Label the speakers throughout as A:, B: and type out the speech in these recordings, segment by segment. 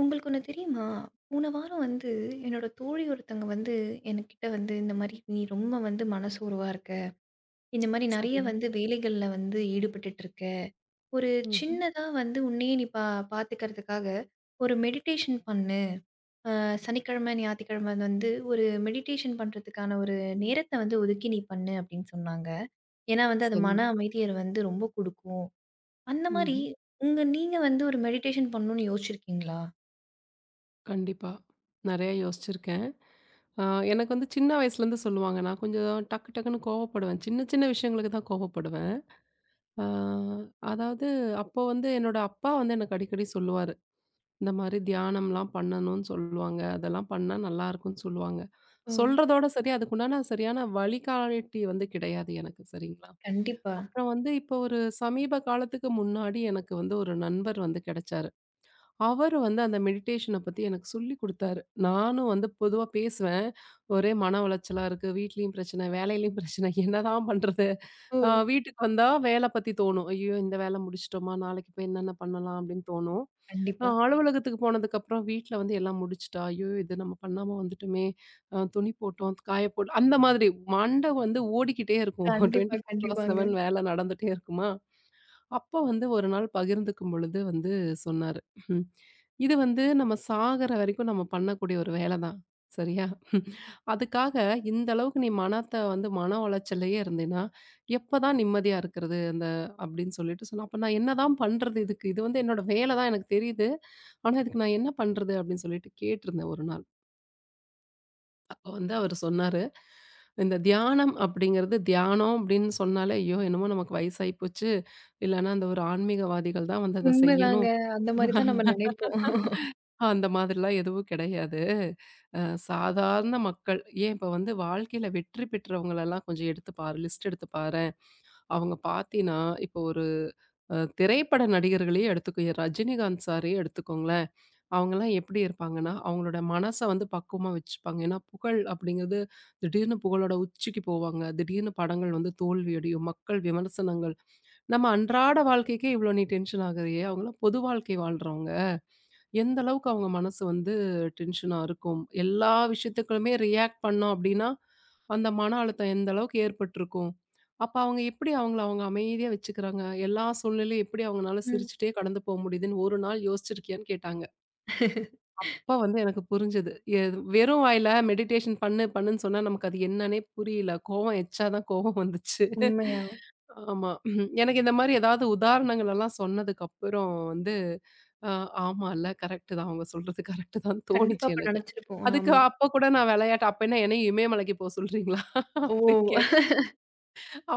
A: உங்களுக்கு ஒண்ணு தெரியுமா? போன வாரம் வந்து என்னோட தோழி ஒருத்தங்க வந்து என்கிட்ட வந்து இந்த மாரி, "நீ ரொம்ப வந்து மனசோர்வா இருக்க. இந்த மாரி நெறைய
B: சரிங்க.
A: வந்து வேலைகள்ல வந்து ஈடுபட்டுட்டு இருக்க. ஒரு
B: ம்ஹ்ம்.
A: சின்னதா வந்து உன்னையே நீ பாத்துக்கிறதுக்காக ஒரு மெடிடேஷன் பண்ணு. சனிக்கிழமை, ஞாயித்துக்கிழமை வந்து ஒரு மெடிடேஷன் பண்றதுக்கான ஒரு நேரத்த வந்து ஒதுக்கி நீ பண்ணு." அப்படின்னு சொன்னாங்க. ஏன்னா வந்து அது
B: சரிங்க.
A: மன அமைதிய வந்து ரொம்ப குடுக்கும். அந்த மாரி
B: ம்ஹ்ம்.
A: உங்க நீங்க வந்து ஒரு மெடிடேஷன் பண்ணணும்னு யோசிச்சிருக்கீங்களா?
B: கண்டிப்பா. நெறைய யோசிச்சிருக்கேன். ஆ எனக்கு வந்து சின்ன வயசுலேருந்து சொல்லுவாங்க. நான் கொஞ்சம் டக்கு டக்குன்னு கோவப்படுவேன். சின்ன சின்ன விஷயங்களுக்கு தான் கோவப்படுவேன். ஆ அதாவது அப்போ வந்து என்னோட அப்பா வந்து எனக்கு அடிக்கடி சொல்லுவாரு. இந்த மாரி தியானம்லாம் பண்ணணும்னு சொல்லுவாங்க. அதெல்லாம் பண்ணா நல்லாயிருக்கும்னு சொல்லுவாங்க.
A: ஓ!
B: சொல்றதோட சரி, அதுக்குண்டான சரியான வழிகாட்டி வந்து கிடையாது எனக்கு. சரிங்களா?
A: கண்டிப்பா.
B: அப்புறம் வந்து இப்போ ஒரு சமீப காலத்துக்கு முன்னாடி எனக்கு வந்து ஒரு நண்பர் வந்து கிடைச்சாரு. அவரு வந்து அந்த மெடிடேஷன பத்தி எனக்கு சொல்லிக் குடுத்தாரு. நானும் வந்து பொதுவா பேசுவேன். ஒரே மன உளைச்சலா இருக்கு. வீட்லயும் பிரச்சனை, வேலையிலயும் பிரச்சனை. என்னதான் பண்றது?
A: ஓ!
B: வீட்டுக்கு வந்தா வேல பத்தி தோணும். ஐயோ! இந்த வேல முடிச்சுட்டோமா? நாளைக்கு போய் என்னென்ன பண்ணலாம்? அப்படின்னு தோணும்.
A: கண்டிப்பா.
B: அலுவலகத்துக்கு போனதுக்கப்புறம் வீட்ல வந்து எல்லாம் முடிச்சுட்டா, ஐயோ! இது நம்ம பண்ணாம வந்துட்டோமே! துணி போட்டோம், காய போட் அந்த மாதிரி மண்ட வந்து ஓடிக்கிட்டே இருக்கும்.
A: கண்டிப்பா, கண்டிப்பாங்க.
B: 24/7 வேல நடந்துட்டே இருக்குமா? அப்பா வந்து ஒரு நாள் பகிர்ந்துக்கும் பொழுது வந்து சொன்னாரு, ம். "இது வந்து நம்ம சாகுற வரைக்கும் நம்ம பண்ணக்கூடிய ஒரு வேல தான். சரியா? அதுக்காக இந்த அளவுக்கு நீ மனத்த வந்து மன உளைச்சல்லயே இருந்தீன்னா, எப்பதான் நிம்மதியா இருக்கிறது அந்த" அப்படின்னு சொல்லிட்டு சொன்னா. அப்ப நான் என்னதான் பண்றது இதுக்கு? இது வந்து என்னோட வேல தான் எனக்கு தெரியுது. ஆனா இதுக்கு நான் என்ன பண்றது? அப்படின்னு சொல்லிட்டு கேட்டிருந்தேன் ஒரு நாள். அப்ப வந்து அவரு சொன்னாரு. இந்த தியானம் அப்படிங்கிறது அப்படின்னு சொன்னாலே, ஐயோ! என்னமோ நமக்கு வயசாகி போச்சு. இல்லன்னா அந்த ஒரு ஆன்மீகவாதிகள் தான் வந்து அத
A: உண்மைதாங்க.
B: செய்யணும்.
A: அந்த மாரி தான் நம்ம நெனைப்போம்.
B: அந்த மாதிரிலாம் எதுவும் கிடையாது. அ சாதாரண மக்கள் ஏன் இப்ப வந்து வாழ்க்கையில வெற்றி பெற்றவங்களெல்லாம் கொஞ்சம் எடுத்து பாரு, லிஸ்ட் எடுத்து பாரேன். அவங்க பார்த்தீன்னா, இப்போ ஒரு திரைப்பட நடிகர்களையே எடுத்துக்கோயேன். ரஜினிகாந்த் சாரையே எடுத்துக்கோங்களேன். அவங்கலாம் எப்படி இருப்பாங்கன்னா, அவங்களோட மனச வந்து பக்குவமா வச்சுப்பாங்க. ஏன்னா, புகழ் அப்படிங்கிறது திடீர்னு புகழோட உச்சிக்கு போவாங்க. திடீர்னு படங்கள் வந்து தோல்வியடையும். மக்கள் விமர்சனங்கள். நம்ம அன்றாட வாழ்க்கைக்கே இவ்வளோ நீ டென்ஷன் ஆகுறியே, அவங்கலாம் பொது வாழ்க்கை வாழ்றவங்க. எந்த அளவுக்கு அவங்க மனசு வந்து டென்ஷனா இருக்கும்? எல்லா விஷயத்துக்குமே ரியாக்ட் பண்ணோம் அப்படின்னா, அந்த மன அழுத்தம் எந்த அளவுக்கு ஏற்பட்டுருக்கும்? அப்ப அவங்க எப்படி அவங்க அமைதியா வச்சுக்கிறாங்க? எல்லா சூழ்நிலையும் எப்படி அவங்கனால
A: ம்.
B: சிரிச்சுட்டே கடந்து போ முடியுதுன்னு ஒரு நாள் யோசிச்சிருக்கியான்னு கேட்டாங்க. அப்ப வந்து எனக்கு புரிஞ்சது. எ வெறும் வாயில மெடிடேஷன் பண்ணுன்னு சொன்னா நமக்கு அது என்னன்னே புரியல. கோவம் எச்சா தான் கோவம் வந்துச்சு.
A: உண்மையா?
B: ஆமா. எனக்கு இந்த மாரி ஏதாவது உதாரணங்கள் எல்லாம் சொன்னதுக்கு அப்புறம் வந்து, அ ஆமால்ல கரெக்ட் தான். அவங்க சொல்றது கரெக்ட் தான்
A: கண்டிப்பா
B: தோணுச்சு
A: அப்ப
B: எனக்கு.
A: நெனச்சிருப்போம்.
B: அதுக்கு
A: ஆம்.
B: அப்ப கூட நான் விளையாட்டா அப்ப என்னையும் இமயமலைக்கு போ சொல்றீங்களா?
A: ஓ!
B: அப்படின்னு கேட்டேன்.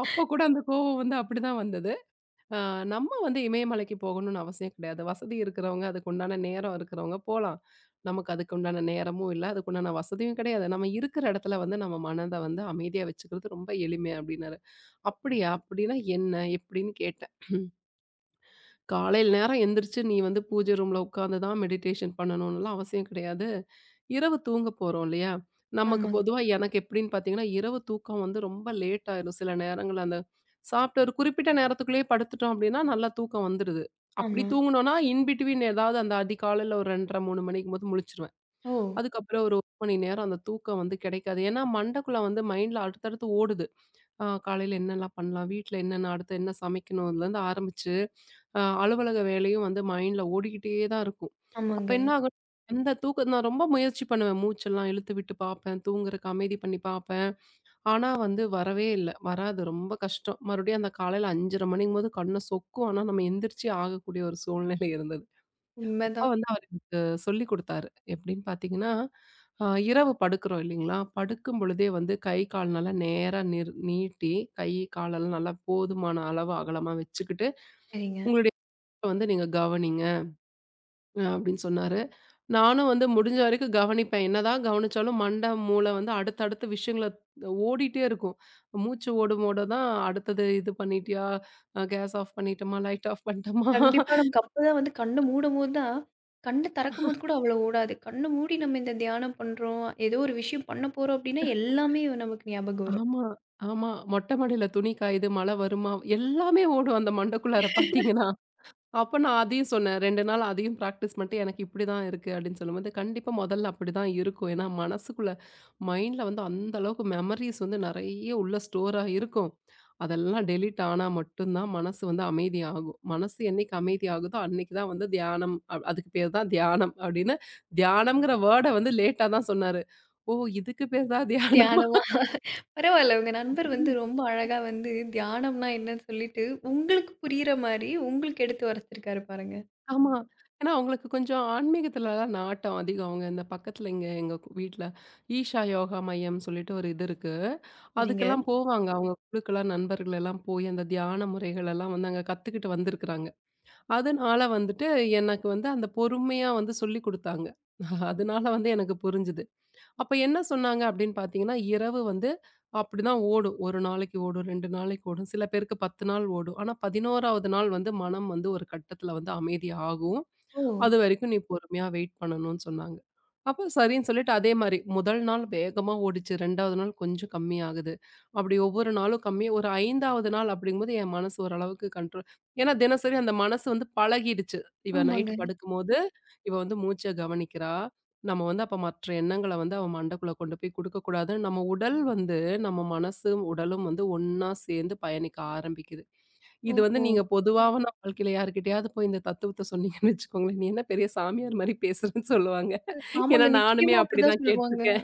B: அப்ப கூட அந்த கோவம் வந்து அப்படிதான் வந்தது. அ நம்ம வந்து இமயமலைக்கு போகணும்னு அவசியம் கிடையாது. வசதி இருக்கிறவங்க, அதுக்கு உண்டான நேரம் இருக்கிறவங்க போலாம். நமக்கு அதுக்கு உண்டான நேரமும் இல்ல. அதுக்கு உண்டான வசதியும் கிடையாது. நம்ம இருக்கிற இடத்துல வந்து நம்ம மனத வந்து அமைதியா வச்சுக்கிறது ரொம்ப எளிமை அப்டின்னாரு. அப்படியா? அப்படின்னா என்ன? எப்படின்னு கேட்டேன். காலையில நேரம் எந்திரிச்சு நீ வந்து பூஜை ரூம்ல உட்காந்து தான் மெடிடேஷன் பண்ணணும்னுலாம் அவசியம் கிடையாது. இரவு தூங்க போறோம் இல்லையா? நமக்கு
A: ஆமாங்க.
B: பொதுவா எனக்கு எப்படின்னு பார்த்தீங்கன்னா, இரவு தூக்கம் வந்து ரொம்ப லேட் ஆயிரும் சில நேரங்கள்ல. அந்த சாப்பிட்ட ஒரு குறிப்பிட்ட நேரத்துக்குள்ளேயே படுத்துட்டோம் அப்படின்னா, நல்லா தூக்கம் வந்துருது. அப்படி
A: ஆமா.
B: தூங்குனோம்னா, இன் பிட்வீன் ஏதாவது அந்த அதிகாலையில ஒரு 2:30, 3 மணிக்கும்போது முழிச்சுருவேன்.
A: ஓ!
B: அதுக்கப்புறம் ஒரு 1 மணி நேரம் அந்த தூக்கம் வந்து கிடைக்காது. ஏன்னா மண்டக்குள்ள வந்து மைண்ட்ல அடுத்தடுத்து ஓடுது. காலையில என்னலாம் பண்ணலாம்? வீட்ல என்னென்ன அடுத்து என்ன சமைக்கணும்? இதுலருந்து ஆரம்பிச்சு அலுவலக வேலையும் வந்து மைண்ட்ல ஓடிக்கிட்டே தான் இருக்கும். அப்ப
A: ஆமாங்க.
B: என்ன ஆகும், அந்த தூக்க நான் ரொம்ப முயற்சி பண்ணுவேன். மூச்செல்லாம் இழுத்து விட்டு பார்ப்பேன். தூங்குறக்கு அமைதி பண்ணி பார்ப்பேன். ஆனா வந்து வரவே இல்ல. வராது. ரொம்ப கஷ்டம். மறுபடியும் அந்த காலையில 5:30 மணிங்கும்போது கண்ண சொக்கும். ஆனா நம்ம எந்திரிச்சே ஆகக்கூடிய ஒரு சூழ்நிலை இருந்தது. அப்ப
A: உண்மைதான்.
B: வந்து அவரு எனக்கு சொல்லிக் குடுத்தாரு. எப்படின்னு பார்த்தீங்கன்னா, அ இரவு படுக்கிறோம் இல்லைங்களா? படுக்கும் பொழுதே வந்து கை, கால் நல்லா நேரா நீட்டி, கை, காலெல்லாம் நல்லா போதுமான அளவு அகலமா வச்சுக்கிட்டு,
A: சரிங்க.
B: உங்களுடைய வந்து நீங்க கவனிங்க அப்படின்னு சொன்னாரு. நானும் வந்து முடிஞ்ச வரைக்கும் கவனிப்பேன். என்னதான் கவனிச்சாலும் மண்டை, மூளை வந்து அடுத்தடுத்த விஷயங்கள ஓடிட்டே இருக்கும். மூச்சு ஓடும் ஓட தான் அடுத்தது இது பண்ணிட்டியா? கேஸ் ஆஃப் பண்ணிட்டோமா? லைட் ஆஃப் பண்ணிட்டோமா?
A: கண்டிப்பா நமக்கு அப்பதான் வந்து கண்ண மூடும்போது தான் கண்ண திறக்கும்போது கூட அவ்வளோ ஓடாது. கண்ண மூடி நம்ம இந்த தியானம் பண்றோம், ஏதோ ஒரு விஷயம் பண்ண போறோம் அப்டின்னா, எல்லாமே நமக்கு ஞாபகம் வரும்.
B: ஆமா, ஆமா. மொட்டை மாடியில துணி காயுது, மழை வருமா? எல்லாமே ஓடும் அந்த மண்டைக்குள்ளார பார்த்தீங்கன்னா. அப்ப நான் அதையும் சொன்னேன். 2 நாள் அதையும் பிராக்டிஸ் பண்ணிட்டு எனக்கு இப்படிதான் இருக்கு அப்படின்னு சொல்லும்போது, கண்டிப்பா முதல்ல அப்படிதான் இருக்கும். ஏன்னா மனசுக்குள்ள மைண்ட்ல வந்து அந்த அளவுக்கு மெமரீஸ் வந்து நெறைய உள்ள ஸ்டோரா இருக்கும். அதெல்லாம் டெலீட் ஆனா மட்டும் தான் மனசு வந்து அமைதியாகும். மனசு என்னைக்கு அமைதியாகுதோ அன்னைக்கு தான் வந்து தியானம் அ அதுக்கு பேர் தான் தியானம் அப்படின்னு தியானம்ங்கிற வேர்ட வந்து லேட்டா தான் சொன்னாரு. ஓ! இதுக்கு பேர் தான் தியானமா
A: தியானமா? பரவால்ல. உங்க நண்பர் வந்து
B: அப்படின்னு
A: ரொம்ப அழகா வந்து தியானம்னா என்னன்னு சொல்லிட்டு, உங்களுக்கு புரியிற மாரி உங்களுக்கு எடுத்து உரைச்சிருக்காரு பாருங்க.
B: ஆமா. ஏன்னா அவங்களுக்கு கொஞ்சம் ஆன்மீகத்துலலாம் நாட்டம் அதிகம். அவங்க இந்த பக்கத்துல இங்க எங்க வீட்ல ஈஷா யோகா மையம்னு சொல்லிட்டு ஒரு இது இருக்கு.
A: சரிங்க.
B: அதுக்கெல்லாம் போவாங்க. அவங்க குழுக்கெல்லாம் நண்பர்கள் எல்லாம் போய் அந்த தியான முறைகள் எல்லாம் வந்து அங்க கத்துக்கிட்டு வந்திருக்கிறாங்க. அதனால வந்துட்டு எனக்கு வந்து அந்த பொறுமையா வந்து சொல்லிக் குடுத்தாங்க. அதனால வந்து எனக்கு புரிஞ்சுது. அப்ப என்ன சொன்னாங்க அப்படின்னு பார்த்தீங்கன்னா, இரவு வந்து அப்படிதான் ஓடும். 1 நாளைக்கு ஓடும், 2 நாளைக்கு ஓடும். சில பேருக்கு 10 நாள் ஓடும். ஆனா 11வது நாள் வந்து மனம் வந்து ஒரு கட்டத்துல வந்து அமைதி ஆகும்.
A: ஓ!
B: அதுவரைக்கும் நீ பொறுமையா வெயிட் பண்ணணும்னு சொன்னாங்க. அப்ப சரின்னு சொல்லிட்டு அதே மாரி முதல் நாள் வேகமா ஓடுச்சு. 2வது நாள் கொஞ்சம் கம்மியாகுது. அப்படி ஒவ்வொரு நாளும் கம்மி ஒரு 5வது நாள் அப்படிங்கும்போது என் மனசு ஓரளவுக்கு கண்ட்ரோல். ஏன்னா தினசரி அந்த மனசு வந்து பழகிடுச்சு. இவ
A: ஆமாங்க.
B: நைட்டு படுக்கும்போது, இவ வந்து மூச்ச கவனிக்கிறா. நம்ம வந்து அப்ப மற்ற எண்ணங்கள வந்து அவ மண்டைக்குள்ள கொண்டு போய் குடுக்கக்கூடாதுன்னு நம்ம உடல் வந்து நம்ம மனசும், உடலும் வந்து ஒண்ணா சேர்ந்து பயணிக்க ஆரம்பிக்குது. இது வந்து
A: ஓஹோ!
B: நீங்க பொதுவான வாழ்க்கையில யார்கிட்டயாவது போய் இந்த தத்துவத்த சொன்னீங்கன்னு வச்சுக்கோங்களேன், "நீ என்ன பெரிய சாமியார் மாரி பேசுறன்னு" சொல்லுவாங்க. ஏன்னா
A: ஆமாங்க.
B: நானுமே
A: நிச்சயமா அப்படிதான்
B: அப்படிதான்
A: சொல்லுவாங்க.
B: கேட்டுருக்கேன்.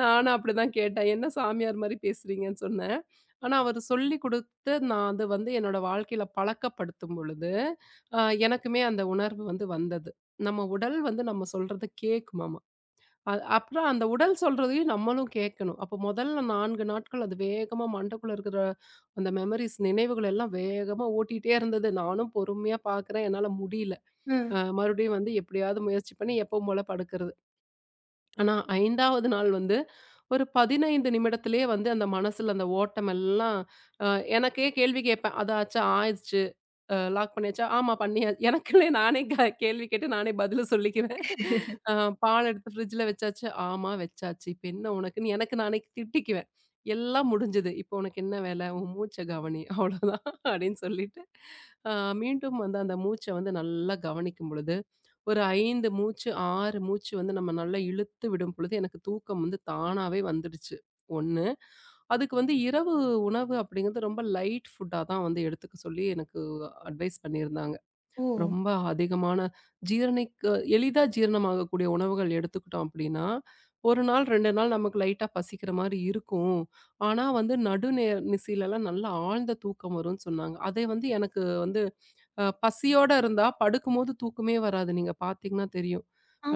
B: நானும் அப்படிதான் கேட்டேன். "என்ன சாமியார் மாரி பேசுறீங்கன்னு" சொன்னேன். ஆனா அவரு சொல்லிக் குடுத்து நான் அது வந்து என்னோட வாழ்க்கையில பழக்கப்படுத்தும் பொழுது, அ எனக்குமே அந்த உணர்வு வந்து வந்தது. நம்ம உடல் வந்து நம்ம சொல்றத கேக்குமாம். அப்புறம் அந்த உடல் சொல்றதையும் நம்மளும் கேட்கணும். அப்போ முதல்ல 4 நாட்கள் அது வேகமா மண்டைக்குள்ள இருக்கிற அந்த மெமரீஸ் நினைவுகள் எல்லாம் வேகமா ஓட்டிட்டே இருந்தது. நானும் பொறுமையா பார்க்குறேன். என்னால முடியல.
A: ம்.
B: மறுபடியும் வந்து எப்படியாவது முயற்சி பண்ணி எப்பவும் போல படுக்கிறது. ஆனா 5வது நாள் வந்து ஒரு 15 நிமிடத்திலேயே வந்து அந்த மனசுல அந்த ஓட்டம் எல்லாம் அ எனக்கே கேள்வி கேட்பேன். அதாச்சும் ஆயிடுச்சு. லாக் பண்ணியாச்சா? ஆமா பண்ணியா எனக்குள்ளே நானே கேள்வி கேட்டு நானே பதில சொல்லிக்குவேன். அ பால் எடுத்து ஃப்ரிட்ஜ்ல வச்சாச்சு. ஆமா வச்சாச்சு. இப்ப என்ன உனக்குன்னு எனக்கு நானே திட்டிக்குவேன். எல்லாம் முடிஞ்சது. இப்போ உனக்கு என்ன வேல? உன் மூச்ச கவனி. அவ்வளோதான் அப்படின்னு சொல்லிட்டு, அ மீண்டும் வந்து அந்த மூச்ச வந்து நல்லா கவனிக்கும் பொழுது ஒரு 5 மூச்சு, 6 மூச்சு வந்து நம்ம நல்லா இழுத்து விடும் பொழுது, எனக்கு தூக்கம் வந்து தானாவே வந்துடுச்சு, 1. அதுக்கு வந்து இரவு உணவு அப்படிங்கிறது ரொம்ப லைட் ஃபுட்டா தான் வந்து எடுத்துக்க சொல்லி எனக்கு அட்வைஸ் பண்ணியிருந்தாங்க.
A: ஓ!
B: ரொம்ப அதிகமான ஜீரணிக்க எளிதா ஜீரணமாகக்கூடிய உணவுகள் எடுத்துக்கிட்டோம் அப்படின்னா, 1 நாள், 2 நாள் நமக்கு லைட்டா பசிக்கிற மாரி இருக்கும். ஆனா வந்து நிசையிலலாம் நல்லா ஆழ்ந்த தூக்கம் வரும்னு சொன்னாங்க. அதை வந்து எனக்கு வந்து பசியோட இருந்தா படுக்கும்போது தூக்கமே வராது. நீங்க பார்த்தீங்கன்னா தெரியும்.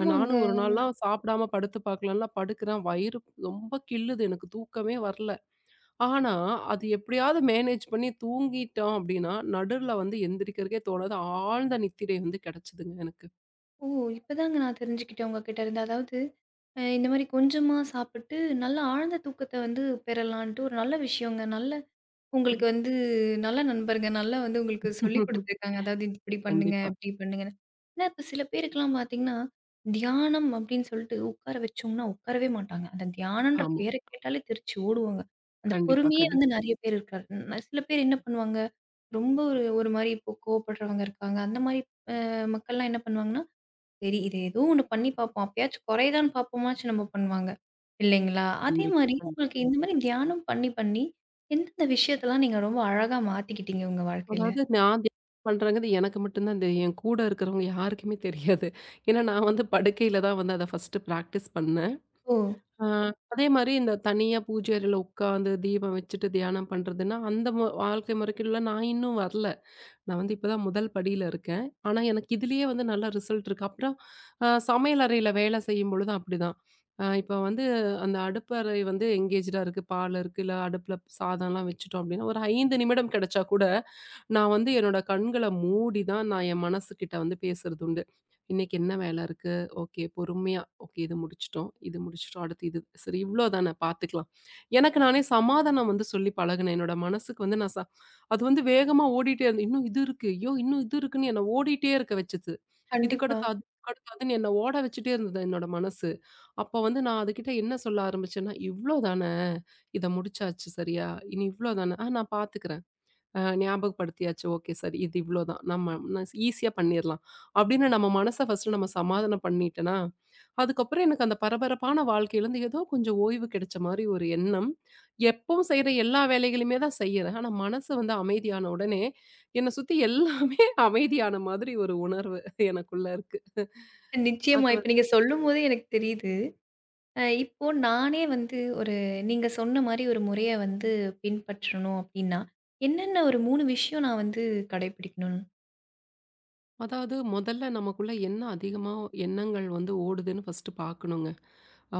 B: நானும் ஒரு நாள்லாம் சாப்பிடாம படுத்து பார்க்கலாம்ல படுக்கிறேன். வயிறு ரொம்ப கிள்ளுது. எனக்கு தூக்கமே வரல. ஆனா, அது எப்படியாவது மேனேஜ் பண்ணி தூங்கிட்டோம் அப்படின்னா, நடுவுல வந்து எந்திரிக்கிறதுக்கே தோணாது. ஆழ்ந்த நித்திரை வந்து கிடைச்சதுங்க எனக்கு.
A: ஓ! இப்பதாங்க நான் தெரிஞ்சுக்கிட்டேன் உங்ககிட்ட இருந்து. அதாவது இந்த மாரி கொஞ்சமா சாப்பிட்டு நல்ல ஆழ்ந்த தூக்கத்த வந்து பெறலான்ட்டு ஒரு நல்ல விஷயங்க. நல்ல உங்களுக்கு வந்து நல்ல நண்பருங்க. நல்லா வந்து உங்களுக்கு சொல்லிக் குடுத்துருக்காங்க. அதாவது இப்படி பண்ணுங்க,
B: கண்டிப்பா.
A: இப்படி பண்ணுங்க. ஏன்னா இப்ப சில பேருக்குலாம் பார்த்தீங்கன்னா, தியானம் அப்படின்னு சொல்லிட்டு உட்கார வச்சோம்னா உட்காரவே மாட்டாங்க. அந்த தியானன்ற
B: ஆமா.
A: பேர கேட்டாலே தெரிச்சு ஓடுவாங்க. அந்த
B: கண்டிப்பா,
A: பொறுமையே
B: கண்டிப்பா,
A: வந்து நெறைய பேர் இருக்காது. சில பேர் என்ன பண்ணுவாங்க, ரொம்ப ஒரு ஒரு மாரி இப்போ கோவப்படுறவங்க இருக்காங்க. அந்த மாரி மக்கள்லாம் என்ன பண்ணுவாங்கன்னா, சரி இது ஏதோ ஒண்ணு பண்ணி பார்ப்போம். அப்பயாச்சும் குறையுதான்னு பார்ப்போமாச்சும் நம்ம பண்ணுவாங்க. இல்லைங்களா? அதே
B: கண்டிப்பா,
A: மாரி உங்களுக்கு
B: கண்டிப்பா.
A: இந்த மாரி தியானம் பண்ணி, பண்ணி எந்தெந்த விஷயத்தலாம் நீங்க ரொம்ப அழகா மாத்திக்கிட்டீங்க உங்க வாழ்க்கையில?
B: அதாவது நான் தியானம் பண்றேங்கிறது எனக்கு மட்டும் தான் தெரியும். என் கூட இருக்கிறவங்க யாருக்குமே தெரியாது. ஏன்னா நான் வந்து படுக்கையில தான் வந்து அத ஃபர்ஸ்ட்டு பிராக்டிஸ் பண்ணேன்.
A: ஓ!
B: ஆ, அதே மாரி இந்த தனியா பூஜை அறையில உட்காந்து தீபம் வச்சுட்டு தியானம் பண்றதுன்னா, அந்த வாழ்க்கை முறைக்குள்ள நான் இன்னும் வரல. நான் வந்து இப்ப தான் முதல் படியில இருக்கேன். ஆனா, எனக்கு இதிலேயே வந்து நல்ல ரிசல்ட் இருக்கு. அப்புறம் சமையல் அறையில வேலை செய்யும்பொழுதும் அப்படிதான். இப்ப வந்து அந்த அடுப்பறை வந்து எங்கேஜ்டா இருக்கு, பால் இருக்கு, இல்ல அடுப்புல சாதம்லாம் வச்சுட்டோம் அப்படின்னா, ஒரு 5 நிமிடம் கிடைச்சா கூட நான் வந்து என்னோட கண்கள மூடி தான் நான் என் மனசுகிட்ட வந்து பேசுறதுண்டு. இன்னைக்கு என்ன வேல இருக்கு? ஓகே பொறுமையா, ஓகே இது முடிச்சுட்டோம், இது முடிச்சுட்டோம். அடுத்து இது. சரி இவ்ளோதான பார்த்துக்கலாம். எனக்கு நானே சமாதானம் வந்து சொல்லி பழகுனேன். என்னோட மனசுக்கு வந்து நான் ச அது வந்து வேகமா ஓடிட்டே இருந்தது. இன்னும் இது இருக்கு. ஐயோ! இன்னும் இது இருக்குன்னு என்ன ஓடிட்டே இருக்க வச்சுது.
A: கண்டிப்பா.
B: இதுக்கடுத்து அது அதுக்கடுத்து அதுன்னு என்ன ஓட வச்சுட்டே இருந்தது என்னோட மனசு. அப்ப வந்து நான் அதுகிட்ட என்ன சொல்ல ஆரம்பிச்சேன்னா, "இவ்ளோதான. இத முடிச்சாச்சு சரியா? இனி இவ்ளோதான. ஆ நான் பார்த்துக்கிறேன்." ஞாபகப்படுத்தியாச்சு. ஓகே சரி இது இவ்ளோதான். நம்ம ஈஸியா பண்ணிர்லாம். அப்படின்னு நம்ம மனச ஃபர்ஸ்ட்டு நம்ம சமாதானம் பண்ணிட்டேனா, அதுக்கப்புறம் எனக்கு அந்த பரபரப்பான வாழ்க்கையிலருந்து ஏதோ கொஞ்சம் ஓய்வு கிடைச்ச மாரி ஒரு எண்ணம். எப்பவும் செய்ற எல்லா வேலைகளையுமே தான் செய்யறேன். ஆனா மனசு வந்து அமைதியான உடனே, என்ன சுத்தி எல்லாமே அமைதியான மாதிரி ஒரு உணர்வு எனக்குள்ள இருக்கு.
A: நிச்சயமா.
B: அது
A: இப்ப நீங்க சொல்லும்போதே எனக்கு தெரியுது. அ இப்போ நானே வந்து ஒரு நீங்க சொன்ன மாரி ஒரு முறைய வந்து பின்பற்றணும் அப்டின்னா, என்னென்ன ஒரு 3 விஷயம் நான் வந்து கடைபிடிக்கணும்?
B: அதாவது முதல்ல நமக்குள்ள என்ன அதிகமா எண்ணங்கள் வந்து ஓடுதுன்னு ஃபர்ஸ்ட் பார்க்கணுங்க. ஆ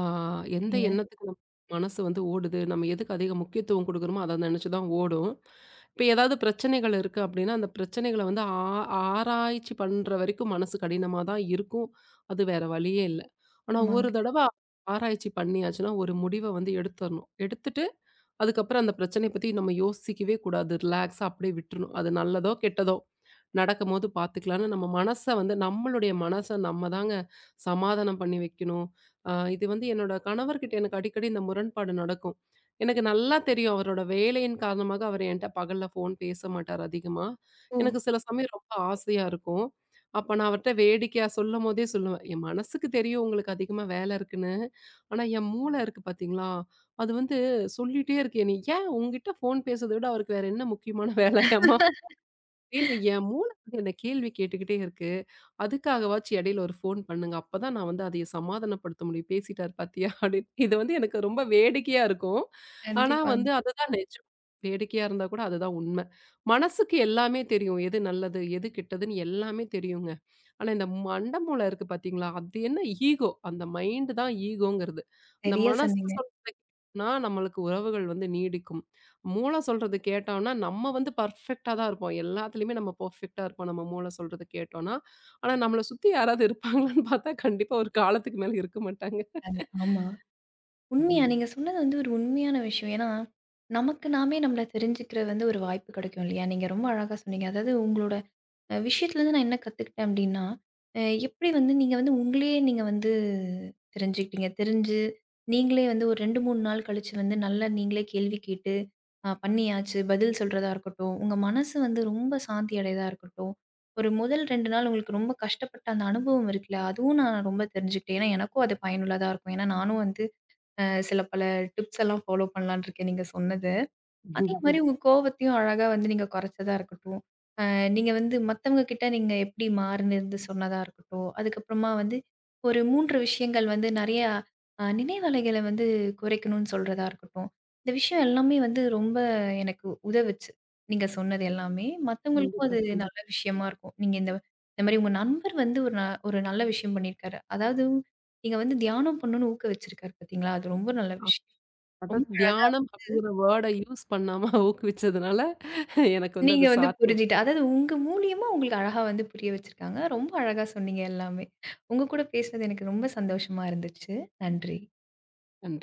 B: எந்த
A: சரிங்க.
B: எண்ணத்துக்கு நம்ம மனசு வந்து ஓடுது, நம்ம எதுக்கு அதிக முக்கியத்துவம் குடுக்குறோமோ அத நினைச்சு தான் ஓடும். இப்ப ஏதாவது பிரச்சனைகள் இருக்கு அப்படின்னா, அந்த பிரச்சனைகள வந்து ஆராய்ச்சி பண்ற வரைக்கும் மனசு கடினமா தான் இருக்கும். அது வேற வழியே இல்ல. ஆனா ஒரு
A: ஆமாங்க.
B: தடவ ஆராய்ச்சி பண்ணியாச்சுன்னா, ஒரு முடிவ வந்து எடுத்தரணும். எடுத்துட்டு அதுக்கப்புறம் அந்த பிரச்சனைய பத்தி நம்ம யோசிக்கவே கூடாது. ரிலாக்ஸா அப்படியே விட்டுறணும். அது நல்லதோ, கெட்டதோ நடக்கும்போது பார்த்துக்கலான்னு நம்ம மனச வந்து நம்மளுடைய மனச நம்ம தாங்க சமாதானம் பண்ணி வைக்கணும். இது வந்து என்னோட கணவர்கிட்ட எனக்கு அடிக்கடி இந்த முரண்பாடு நடக்கும். எனக்கு நல்லா தெரியும் அவரோட வேலையின் காரணமாக அவர் என்ட்ட பகல்ல ஃபோன் பேச மாட்டார் அதிகமா.
A: ஓ!
B: எனக்கு சில சமயம் ரொம்ப ஆசையா இருக்கும். அப்ப நான் அவர்ட்ட வேடிக்கையா சொல்லும்போதே சொல்லுவேன், "என் மனசுக்கு தெரியும் உங்களுக்கு அதிகமா வேல இருக்குன்னு. ஆனா என் மூளை இருக்கு பார்த்தீங்களா? அது வந்து சொல்லிட்டே இருக்கேன். "நீ ஏன் உன்கிட்ட ஃபோன் பேசுறத விட அவருக்கு வேற என்ன முக்கியமான வேலையாம்மா?" அப்படின்னு என் மூளை வந்து என்ன கேள்வி கேட்டுக்கிட்டே இருக்கு. அதுக்காகவாச்சும் இடையில ஒரு ஃபோன் பண்ணுங்க. அப்பதான் நான் வந்து அதைய சமாதானப்படுத்த முடியும். "பேசிட்டாரு பாத்தியா?" அப்படின்னு. இது வந்து எனக்கு ரொம்ப வேடிக்கையா இருக்கும். ஆனா
A: கண்டிப்பாங்க.
B: வந்து அதுதான் நிஜம். வேடிக்கையா இருந்தா கூட அதுதான் உண்மை. மனசுக்கு எல்லாமே தெரியும். எது நல்லது, எது கெட்டதுன்னு எல்லாமே தெரியுங்க. ஆனா இந்த மண்டை மூளை இருக்கு பாத்தீங்களா? அது என்ன ஈகோ. அந்த மைண்ட் தான் ஈகோங்கிறது. அந்த
A: சரியா
B: மனசு
A: சொன்னீங்க.
B: சொல்றத கேட்டோம்னா நம்மளுக்கு உறவுகள் வந்து நீடிக்கும். மூளை சொல்றது கேட்டோம்னா நம்ம வந்து பெர்ஃபெக்ட்டா தான் இருப்போம். எல்லாத்துலயுமே நம்ம பெர்ஃபெக்ட்டா இருப்போம். நம்ம மூளை சொல்றத கேட்டோம்னா. ஆனா, நம்மள சுத்தி யாராவது இருப்பாங்களான்னு பார்த்தா, கண்டிப்பா ஒரு காலத்துக்கு மேல இருக்க மாட்டாங்க.
A: அது ஆமா. உண்மையா
B: ம்.
A: நீங்க சொன்னது வந்து ஒரு உண்மையான விஷயம். ஏன்னா, நமக்கு நாமே நம்மள தெரிஞ்சுக்கிற வந்து ஒரு வாய்ப்பு கிடைக்கும் இல்லையா? நீங்க ரொம்ப அழகா சொன்னீங்க. அதாவது உங்களோட விஷயத்துலேருந்து நான் என்ன கத்துக்கிட்டேன் அப்படின்னா, அ எப்படி வந்து நீங்க வந்து உங்களையே நீங்க வந்து தெரிஞ்சுக்கிட்டீங்க. தெரிஞ்சு நீங்களே வந்து ஒரு 2, 3 நாள் கழிச்சு வந்து நல்லா நீங்களே கேள்வி கேட்டு பண்ணியாச்சு. பதில் சொல்றதா இருக்கட்டும், உங்க மனசு வந்து ரொம்ப சாந்தி அடையதா இருக்கட்டும். ஒரு முதல் 2 நாள் உங்களுக்கு ரொம்ப கஷ்டப்பட்ட அந்த அனுபவம் இருக்குல்ல, அதுவும் நான் ரொம்ப தெரிஞ்சுக்கிட்டேன். ஏன்னா எனக்கும் அது பயனுள்ளதா இருக்கும். ஏன்னா நானும் வந்து சில பல டிப்ஸ் எல்லாம் ஃபாலோ பண்ணலான்னு இருக்கேன் நீங்க சொன்னது. அதே மாரி உங்க கோவத்தையும் அழகா வந்து நீங்க கொறச்சதா இருக்கட்டும். அ நீங்க வந்து மத்தவங்க கிட்ட நீங்க எப்படி மாறுனது சொன்னதா இருக்கட்டும். அதுக்கப்புறமா வந்து ஒரு 3 விஷயங்கள் வந்து நெறையா நினைவலைகள வந்து குறைக்கணும்னு சொல்றதா இருக்கட்டும். இந்த விஷயம் எல்லாமே வந்து ரொம்ப எனக்கு உதவுச்சு. நீங்க சொன்னது எல்லாமே. மத்தவங்களுக்கும்
B: கண்டிப்பா,
A: அது
B: கண்டிப்பா.
A: நல்ல விஷயமா இருக்கும். நீங்க இந்த இந்த மாரி உங்க நண்பர் வந்து ஒரு நல்ல விஷயம் பண்ணியிருக்காரு. அதாவது நீங்க வந்து தியானம் பண்ணணும்னு ஊக்க வச்சிருக்காரு பார்த்தீங்களா? அது ரொம்ப நல்ல விஷயம். ரொம்ப
B: அதாவது
A: அழகா
B: தியானம் அப்படிங்கிற வேர்ட யூஸ் பண்ணாம ஊக்குவிச்சதுனால, எனக்கு வந்து
A: நீங்க
B: அது
A: வந்து
B: சாத்தியம்.
A: புரிஞ்சுட்டு அதாவது உங்க மூலியமா உங்களுக்கு அழகா வந்து புரிய வச்சிருக்காங்க. ரொம்ப அழகா சொன்னீங்க எல்லாமே. உங்க கூட பேசினது எனக்கு ரொம்ப சந்தோஷமா இருந்துச்சு. நன்றி.
B: கண்டிப்பா.